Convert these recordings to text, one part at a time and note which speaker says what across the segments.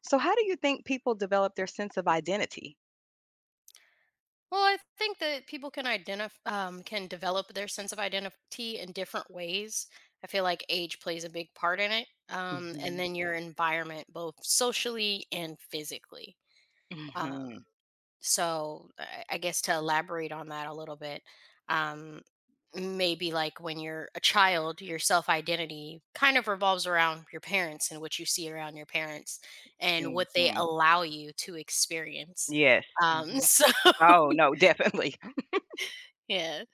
Speaker 1: So, how do you think people develop their sense of identity?
Speaker 2: Well, I think that people can develop their sense of identity in different ways. I feel like age plays a big part in it, and
Speaker 1: Mhm.
Speaker 2: then your environment, both socially and physically. Um,
Speaker 1: Mhm.
Speaker 2: so, I guess to elaborate on that a little bit, um, maybe like when you're a child, your self identity kind of revolves around your parents and what you see around your parents and what they
Speaker 1: Mhm.
Speaker 2: allow you to experience.
Speaker 1: Yes. Mhm.
Speaker 2: So,
Speaker 1: Oh, no, definitely.
Speaker 2: yeah.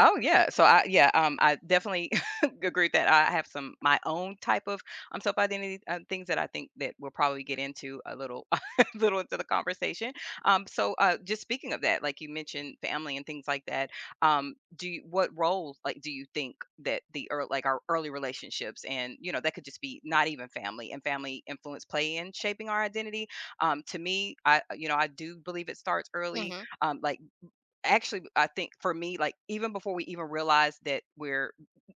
Speaker 1: Oh, yeah. So I definitely agree with that. I have some my own type of self-identity things that I think that we'll probably get into a little little into the conversation. So, just speaking of that, like you mentioned family and things like that, what role like do you think that the ear like our early relationships and that could just be not even family and family influence play in shaping our identity? To me, I you know I do believe it starts early
Speaker 2: Mhm.
Speaker 1: um, like Actually, I think for me, like, even before we even realize that we're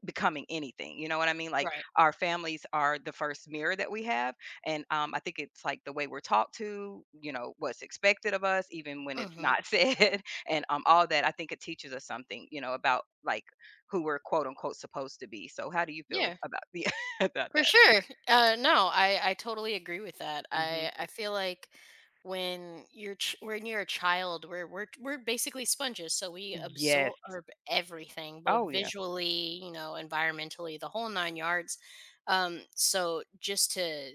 Speaker 1: becoming anything, you know what I mean? Like,
Speaker 2: Right.
Speaker 1: our families are the first mirror that we have, and, I think it's, like, the way we're talked to, you know, what's expected of us, even when it's
Speaker 2: Mhm.
Speaker 1: not said, and, all that, I think it teaches us something, you know, about, like, who we're, quote, unquote, "supposed to be." So how do you feel
Speaker 2: Yeah.
Speaker 1: about the about
Speaker 2: For
Speaker 1: that?
Speaker 2: sure. No, I totally agree with that.
Speaker 1: Mhm.
Speaker 2: I feel like when you're a child, we're basically sponges, so we
Speaker 1: Yes.
Speaker 2: absorb everything, both
Speaker 1: Oh, yeah.
Speaker 2: visually, you know, environmentally, the whole nine yards. So just to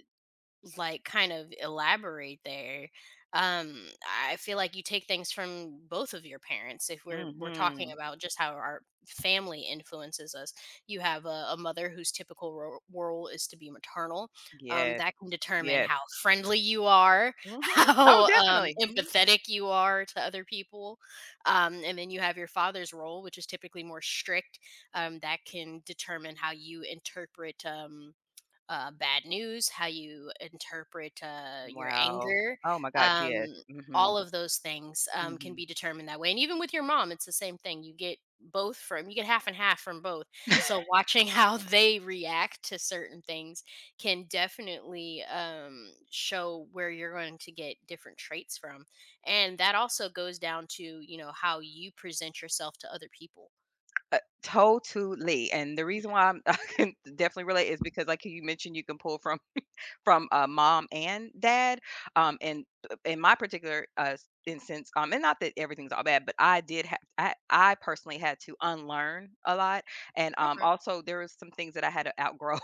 Speaker 2: like kind of elaborate there, um I feel like you take things from both of your parents. If we're talking
Speaker 1: Mhm.
Speaker 2: about just how our family influences us, you have a mother whose typical role is to be maternal,
Speaker 1: Yes,
Speaker 2: that can determine
Speaker 1: yes.
Speaker 2: how friendly you are,
Speaker 1: Mhm.
Speaker 2: how
Speaker 1: Oh, definitely. Mhm.
Speaker 2: empathetic you are to other people, and then you have your father's role, which is typically more strict. That can determine how you interpret, bad news, how you interpret your
Speaker 1: Wow.
Speaker 2: anger.
Speaker 1: Oh my gosh,
Speaker 2: Um,
Speaker 1: yes. Mhm,
Speaker 2: all of those things can
Speaker 1: mhm.
Speaker 2: be determined that way. And even with your mom, it's the same thing. You get both from, you get half and half from both. So watching how they react to certain things can definitely show where you're going to get different traits from. And that also goes down to, you know, how you present yourself to other people.
Speaker 1: Totally, and the reason
Speaker 2: Yeah.
Speaker 1: why I'm I can definitely relate is because, like you mentioned, you can pull from mom and dad, and in my particular, s instance, and not that everything's all bad, but I did have I personally had to unlearn a lot, and,
Speaker 2: Okay.
Speaker 1: also there was some things that I had to outgrow.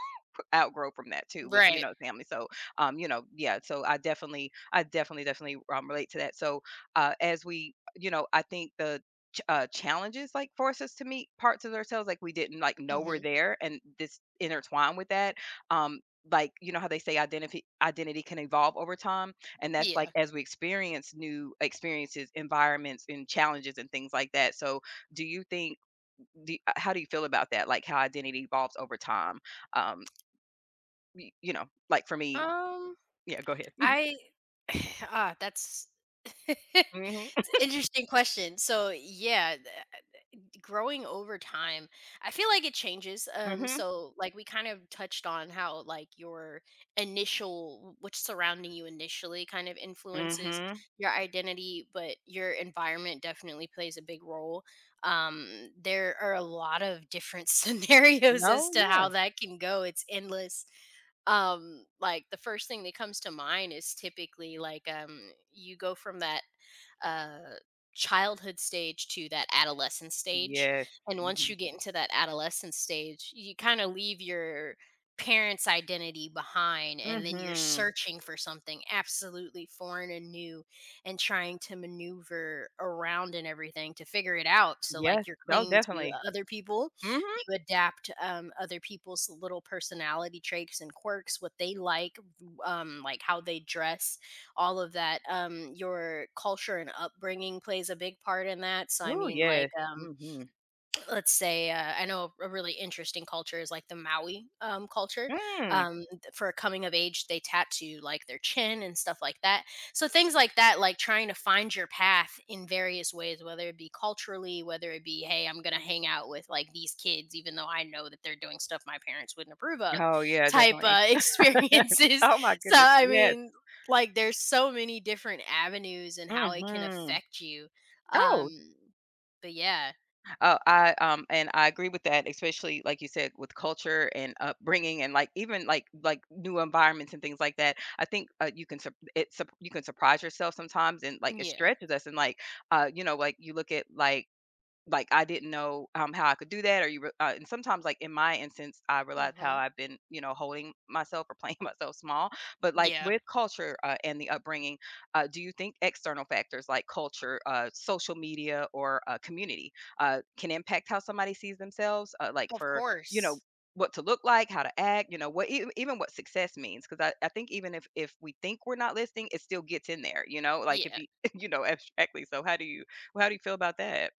Speaker 1: outgrow from that too with
Speaker 2: Right.
Speaker 1: family so you know so I definitely relate to that so as we I think the challenges like force us to meet parts of ourselves like we didn't like know we're
Speaker 2: Hmm.
Speaker 1: there and this intertwine with that um like you know how they say identity can evolve over time and that's like
Speaker 2: Yeah.
Speaker 1: as we experience new experiences environments and challenges and things like that so do you think how do you feel about that like how identity evolves over time um Y you know, like for me
Speaker 2: Um,
Speaker 1: yeah, go ahead.
Speaker 2: I ah, That's it's an
Speaker 1: Mhm,
Speaker 2: interesting question. So yeah, growing over time, I feel like it changes.
Speaker 1: mhm,
Speaker 2: So like we kind of touched on how like your initial, what's surrounding you initially, kind of influences
Speaker 1: mhm.
Speaker 2: your identity, but your environment definitely plays a big role. um there are a lot of different scenarios as
Speaker 1: No,
Speaker 2: to
Speaker 1: yeah.
Speaker 2: how that can go. It's endless. Like the first thing that comes to mind is typically like, you go from that uh, childhood stage to that adolescent stage,
Speaker 1: Yes.
Speaker 2: and once you
Speaker 1: Mhm.
Speaker 2: get into that adolescent stage, you kinda leave your parents' identity behind, and then you're
Speaker 1: Mhm.
Speaker 2: searching for something absolutely foreign and new and trying to maneuver around and everything to figure it out. So,
Speaker 1: Yes.
Speaker 2: like, you're
Speaker 1: Oh,
Speaker 2: clinging to
Speaker 1: definitely.
Speaker 2: other people,
Speaker 1: Mhm.
Speaker 2: you adapt, other people's little personality traits and quirks, what they like, how they dress, all of that. Your culture and upbringing plays a big part in that. So I
Speaker 1: Oh
Speaker 2: mean, like,
Speaker 1: yes. Mhm.
Speaker 2: let's say, I know a really interesting culture is like the Maui culture.
Speaker 1: Mm.
Speaker 2: For a coming of age, they tattoo like their chin and stuff like that. So things like that, like trying to find your path in various ways, whether it be culturally, whether it be, hey, I'm gonna hang out with like these kids even though I know that they're doing stuff my parents wouldn't approve of
Speaker 1: Oh, yeah,
Speaker 2: type
Speaker 1: definitely.
Speaker 2: experiences.
Speaker 1: Oh my
Speaker 2: So
Speaker 1: goodness,
Speaker 2: I
Speaker 1: yes.
Speaker 2: mean, like there's so many different avenues and how it can
Speaker 1: Mhm.
Speaker 2: affect you. um
Speaker 1: Oh
Speaker 2: but yeah.
Speaker 1: Oh, I and I agree with that, especially like you said, with culture and upbringing, and like even like new environments and things like that. I think you can sup it sup you can surprise yourself sometimes, and like it
Speaker 2: Yeah.
Speaker 1: stretches us. And like you know, like you look at like I didn't know, how I could do that or you re and sometimes, like, in my instance, I realized how
Speaker 2: Mhm.
Speaker 1: I've been, you know, holding myself or playing myself small, but, like,
Speaker 2: Yeah,
Speaker 1: with culture, and the upbringing, do you think external factors like culture, social media, or, community, can impact how somebody sees themselves? Like,
Speaker 2: of
Speaker 1: for, you know,
Speaker 2: course.
Speaker 1: what to look like, how to act, you know, what even what success means? Because I think even if we think we're not listening, it still gets in there, you know, like, if
Speaker 2: Yeah,
Speaker 1: you you know, abstractly, so how do you feel about that?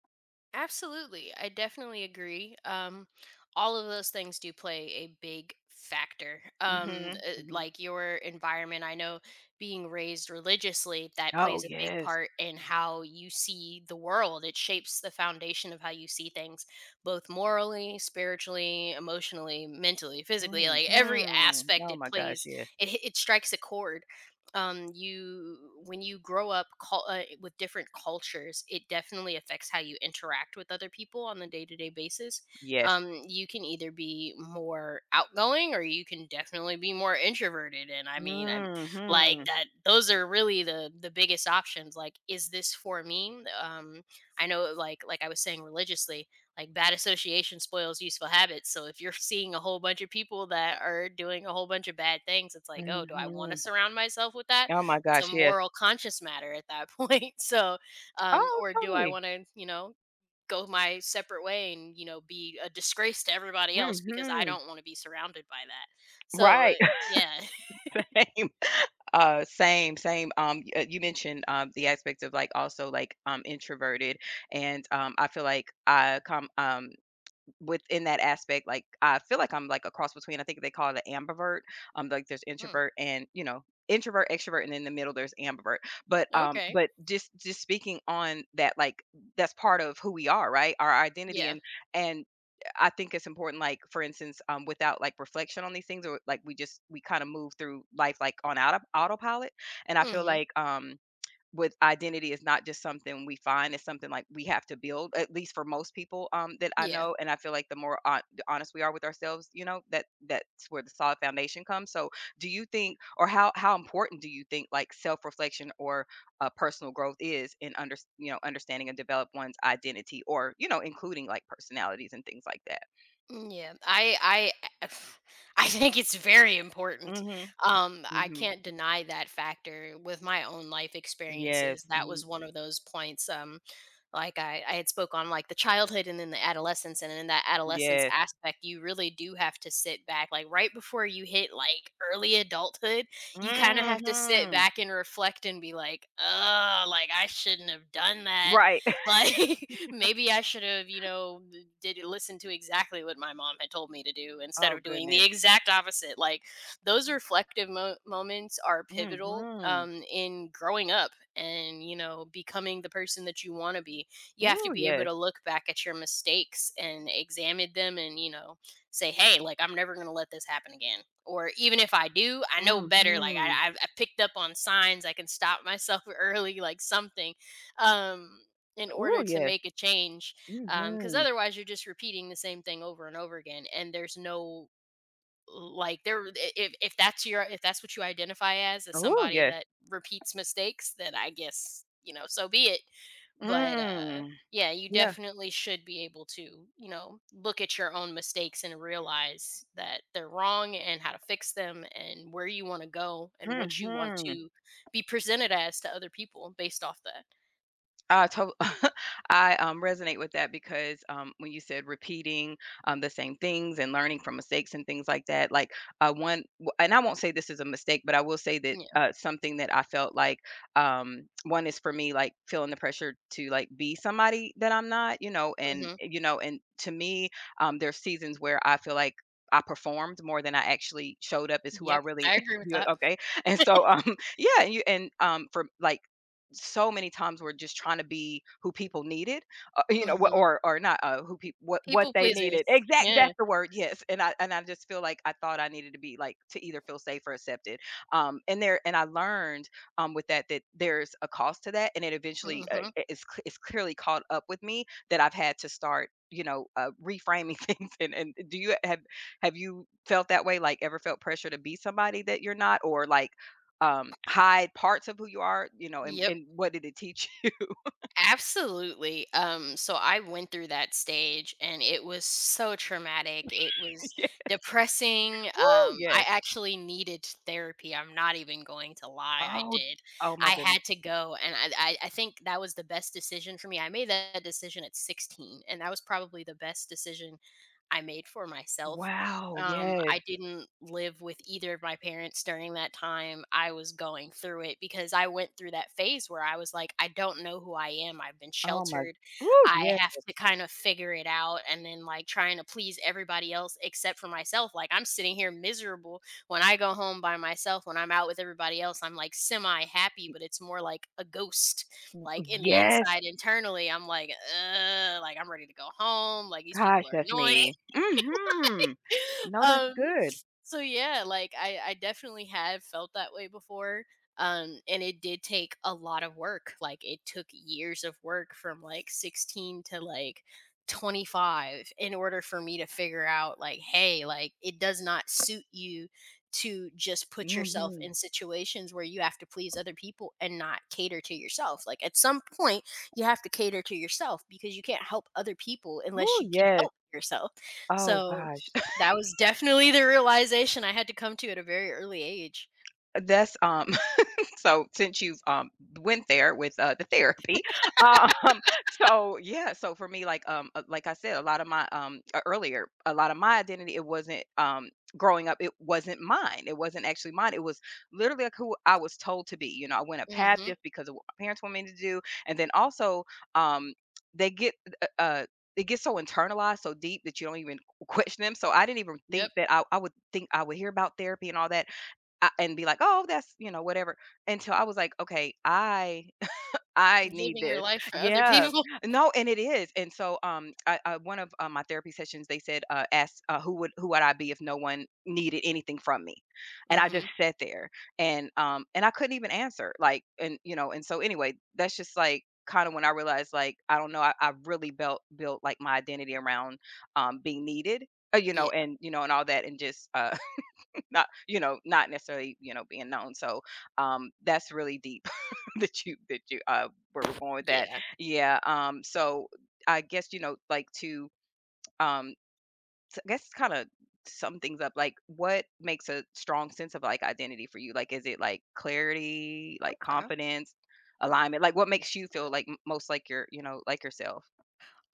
Speaker 2: absolutely. I definitely agree. All of those things do play a big factor.
Speaker 1: Mhm, mhm.
Speaker 2: Like your environment. I know being raised religiously, that
Speaker 1: Oh,
Speaker 2: plays a big
Speaker 1: yes.
Speaker 2: part in how you see the world. It shapes the foundation of how you see things, both morally, spiritually, emotionally, mentally, physically. Like every
Speaker 1: Mhm.
Speaker 2: aspect,
Speaker 1: Oh
Speaker 2: it
Speaker 1: my gosh,
Speaker 2: plays.
Speaker 1: yes.
Speaker 2: It strikes a chord. You When you grow up with different cultures, it definitely affects how you interact with other people on the day-to-day basis.
Speaker 1: Yes.
Speaker 2: You can either be more outgoing or you can definitely be more introverted, and I mean, I'm like
Speaker 1: Mhm.
Speaker 2: that. Those are really the biggest options, like is this for me. I know, like I was saying, religiously, like bad association spoils useful habits. So if you're seeing a whole bunch of people that are doing a whole bunch of bad things, it's like, oh, do I want to
Speaker 1: Mhm.
Speaker 2: surround myself with that?
Speaker 1: Oh my
Speaker 2: It's a
Speaker 1: gosh, yes.
Speaker 2: moral conscious matter at that point. So,
Speaker 1: Oh,
Speaker 2: or do I
Speaker 1: totally.
Speaker 2: want to, you know, go my separate way and, you know, be a disgrace to everybody else because I
Speaker 1: Mhm.
Speaker 2: don't want to be surrounded by that. So
Speaker 1: Right.
Speaker 2: yeah.
Speaker 1: Same. Same, same. Y you mentioned, the aspect of, like, also, like, introverted, and, I feel like I come, within that aspect, like, I feel like I'm, like, a cross between I think they call it an ambivert, like, there's
Speaker 2: Hmm.
Speaker 1: introvert and, you know, introvert, extrovert, and in the middle there's ambivert, but,
Speaker 2: Okay.
Speaker 1: just speaking on that, like, that's part of who we are, right? Our identity,
Speaker 2: Yeah.
Speaker 1: and and I think it's important, like, for instance, without, like, reflection on these things or, like, we just we kinda move through life, like, on auto autopilot, and I feel
Speaker 2: Hmm.
Speaker 1: like, with identity is not just something we find, it's something like we have to build, at least for most people that I
Speaker 2: Yeah.
Speaker 1: know. And I feel like the more the honest we are with ourselves, you know, that that's where the solid foundation comes. So, do you think, or how important do you think like self reflection or personal growth is in understanding and develop one's identity, or you know, including like personalities and things like that?
Speaker 2: Yeah, I I think it's very important.
Speaker 1: Mm-hmm.
Speaker 2: I
Speaker 1: Mm-hmm.
Speaker 2: can't deny that factor with my own life
Speaker 1: Yes.
Speaker 2: experiences. That
Speaker 1: Mm-hmm.
Speaker 2: was one of those points. Like I had spoke on like the childhood and then the adolescence, and in that adolescence
Speaker 1: Yes.
Speaker 2: aspect, you really do have to sit back. Like right before you hit like early adulthood, you kind of have to sit
Speaker 1: Mm-hmm.
Speaker 2: back and reflect and be like, oh, like I shouldn't have done that.
Speaker 1: Right.
Speaker 2: Like maybe I should have, you know, did listen to exactly what my mom had told me to do instead
Speaker 1: Oh
Speaker 2: of doing the
Speaker 1: goodness.
Speaker 2: exact opposite. Like those reflective moments are pivotal
Speaker 1: Mm-hmm.
Speaker 2: in growing up and, you know, becoming the person that you want to be. You have to
Speaker 1: Oh
Speaker 2: be able
Speaker 1: yes.
Speaker 2: to look back at your mistakes and examine them and, you know, say, hey, like I'm never going to let this happen again. Or even if I do, I know better. Like
Speaker 1: Mhm.
Speaker 2: I picked up on signs. I can stop myself early, like something. Um, in order
Speaker 1: Oh
Speaker 2: to
Speaker 1: yes.
Speaker 2: make a change, because
Speaker 1: Mhm.
Speaker 2: otherwise you're just repeating the same thing over and over again, and there's no, if, that's your if that's what you identify as
Speaker 1: Oh
Speaker 2: somebody
Speaker 1: yes.
Speaker 2: that repeats mistakes, then I guess, you know, so be it. But
Speaker 1: Mm.
Speaker 2: yeah, you
Speaker 1: Yeah.
Speaker 2: definitely should be able to, you know, look at your own mistakes and realize that they're wrong and how to fix them and where you want to go and what you want
Speaker 1: Mhm.
Speaker 2: to be presented as to other people based off that.
Speaker 1: I to- I resonate with that because when you said repeating the same things and learning from mistakes and things like that, like one, and I won't say this is a mistake, but I will say that something that I felt like one is for me, like feeling the pressure to like be somebody that I'm not,
Speaker 2: Yeah.
Speaker 1: you know, and to me, there's seasons where I feel like, I performed more than I actually showed up as who I
Speaker 2: Yep,
Speaker 1: really
Speaker 2: I agree with
Speaker 1: you
Speaker 2: that.
Speaker 1: okay. And so yeah, and you and for like so many times we're just trying to be who people needed, you know, wh-
Speaker 2: Mhm.
Speaker 1: or or not who people what
Speaker 2: People
Speaker 1: they
Speaker 2: pleasers.
Speaker 1: needed. Exact,
Speaker 2: Yeah.
Speaker 1: that's the word. Yes, and I just feel like I thought I needed to be like to either feel safe or accepted. And there and I learned with that there's a cost to that, and it eventually
Speaker 2: Mhm.
Speaker 1: it's it's clearly caught up with me that I've had to start reframing things and do you have you felt that way like ever felt pressure to be somebody that you're not or like hide parts of who you are, you know, and
Speaker 2: Yep,
Speaker 1: and what did it teach you?
Speaker 2: absolutely. So I went through that stage and it was so traumatic. It was
Speaker 1: Yeah.
Speaker 2: depressing.
Speaker 1: Woo,
Speaker 2: I
Speaker 1: yes.
Speaker 2: actually needed therapy. I'm not even going to lie, I
Speaker 1: Oh,
Speaker 2: did.
Speaker 1: oh my
Speaker 2: I
Speaker 1: goodness.
Speaker 2: had to go, and I think that was the best decision for me. I made that decision at 16, and that was probably the best decision I made for myself.
Speaker 1: Wow, yes.
Speaker 2: I didn't live with either of my parents during that time. I was going through it because I went through that phase where I was like, I don't know who I am. I've been
Speaker 1: Oh my
Speaker 2: sheltered.
Speaker 1: Woo,
Speaker 2: I
Speaker 1: yes.
Speaker 2: have to kind of figure it out. And then, like, trying to please everybody else except for myself. Like, I'm sitting here miserable when I go home by myself. When I'm out with everybody else, I'm like semi happy, but it's more like a ghost. Like, in the
Speaker 1: Yes.
Speaker 2: inside, internally, I'm like, ugh, like, I'm ready to go home. Like, these people
Speaker 1: Gosh,
Speaker 2: are
Speaker 1: that's
Speaker 2: annoying.
Speaker 1: me. Mm Mhm. No, that's
Speaker 2: um
Speaker 1: good.
Speaker 2: so yeah, like I definitely have felt that way before. And it did take a lot of work. Like it took years of work from like 16 to like 25 in order for me to figure out, like, hey, like it does not suit you to just
Speaker 1: Mm
Speaker 2: put yourself
Speaker 1: Mhm.
Speaker 2: in situations where you have to please other people and not cater to yourself. Like at some point you have to cater to yourself because you can't help other people unless
Speaker 1: Woo,
Speaker 2: you can
Speaker 1: yes.
Speaker 2: help yourself.
Speaker 1: Oh
Speaker 2: So
Speaker 1: gosh.
Speaker 2: that was definitely the realization I had to come to at a very early age.
Speaker 1: That's, so since you've went there with the therapy um so yeah so for me like I said a lot of my earlier a lot of my identity it wasn't growing up it wasn't mine it wasn't actually mine it was literally like who I was told to be you know I went a path
Speaker 2: Mhm.
Speaker 1: just because of what my parents wanted me to do and then also um they get uh uh, it gets so internalized so deep that you don't even question them so I didn't even
Speaker 2: Yep.
Speaker 1: think that I would think I would hear about therapy and all that I, and be like, "Oh, that's, you know, whatever." Until I was like, "Okay, I I need
Speaker 2: Living your
Speaker 1: this."
Speaker 2: life for other
Speaker 1: Yeah.
Speaker 2: people.
Speaker 1: No, and it is. And so I one of my therapy sessions they said asked who would I be if no one needed anything from me. And I
Speaker 2: Mhm.
Speaker 1: just sat there and I couldn't even answer like and you know, and so anyway, that's just like kind of when I realized like I don't know, I really built like my identity around being needed.
Speaker 2: Yeah.
Speaker 1: You know, and all that, and just not you know not necessarily you know being known so that's really deep that you where we're going with that
Speaker 2: Yeah.
Speaker 1: yeah so I guess you know like to um I guess kind of sum things up like what makes a strong sense of like identity for you like is it like clarity like
Speaker 2: Okay.
Speaker 1: confidence alignment like what makes you feel like most like your you know like yourself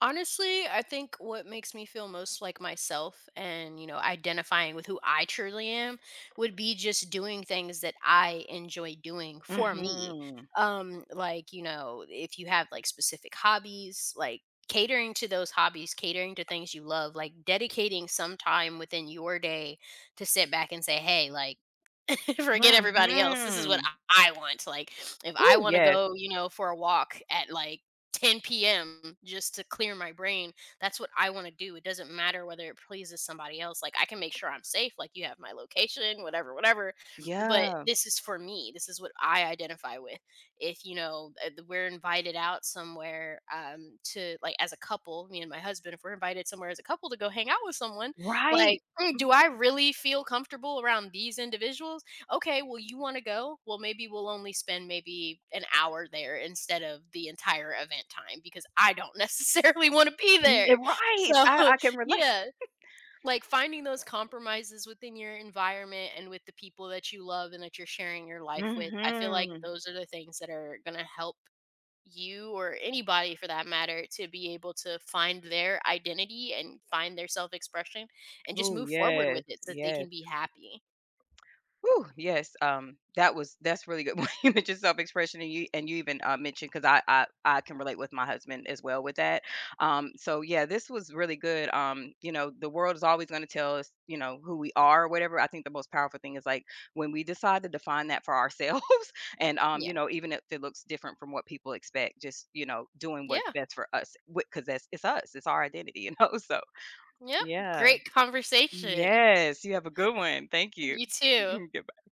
Speaker 2: Honestly, I think what makes me feel most like myself and, you know, identifying with who I truly am would be just doing things that I enjoy doing for me.
Speaker 1: mm-hmm
Speaker 2: Like, you know, if you have like specific hobbies, like catering to those hobbies, catering to things you love, like dedicating some time within your day to sit back and say, "Hey, like forget everybody else. This is
Speaker 1: mm-hmm
Speaker 2: what I want." Like, if I
Speaker 1: oh
Speaker 2: want to
Speaker 1: yes
Speaker 2: go, you know, for a walk at like 10 p.m. just to clear my brain, that's what I want to do. It doesn't matter whether it pleases somebody else. Like, I can make sure I'm safe. Like, you have my location, whatever, whatever. But
Speaker 1: yeah
Speaker 2: this is for me. This is what I identify with. If, you know, we're invited out somewhere to, like, as a couple, me and my husband, if we're invited somewhere as a couple to go hang out with someone, like,
Speaker 1: right
Speaker 2: mm, do
Speaker 1: Mhm.
Speaker 2: I really feel comfortable around these individuals? Okay, well, you want to go? Well, maybe we'll only spend maybe an hour there instead of the entire event time because I don't necessarily want to be
Speaker 1: Yeah,
Speaker 2: there.
Speaker 1: right.
Speaker 2: So,
Speaker 1: I, I can relate.
Speaker 2: yeah, like finding those compromises within your environment and with the people that you love and that you're sharing your life with, I feel
Speaker 1: Mhm.
Speaker 2: like those are the things that are going to help you or anybody for that matter to be able to find their identity and find their self expression and just
Speaker 1: Oh,
Speaker 2: move forward with
Speaker 1: yes,
Speaker 2: it so that they can
Speaker 1: yes.
Speaker 2: be happy.
Speaker 1: Ooh, yes, that's really good when you mentioned self-expression and you even, mentioned because I I can relate with my husband as well with that. So, yeah, this was really good, you know, the world is always gonna tell us, you know, who we are or whatever. I think the most powerful thing is, like, when we decide to define that for ourselves and,
Speaker 2: Yeah.
Speaker 1: you know, even if it looks different from what people expect, just, you know, doing what's
Speaker 2: Yeah.
Speaker 1: best for us, because that's it's us, it's our identity, you know, so
Speaker 2: Yep,
Speaker 1: Yeah.
Speaker 2: great conversation.
Speaker 1: Yes, you have a good one. Thank you.
Speaker 2: You too.
Speaker 1: Goodbye.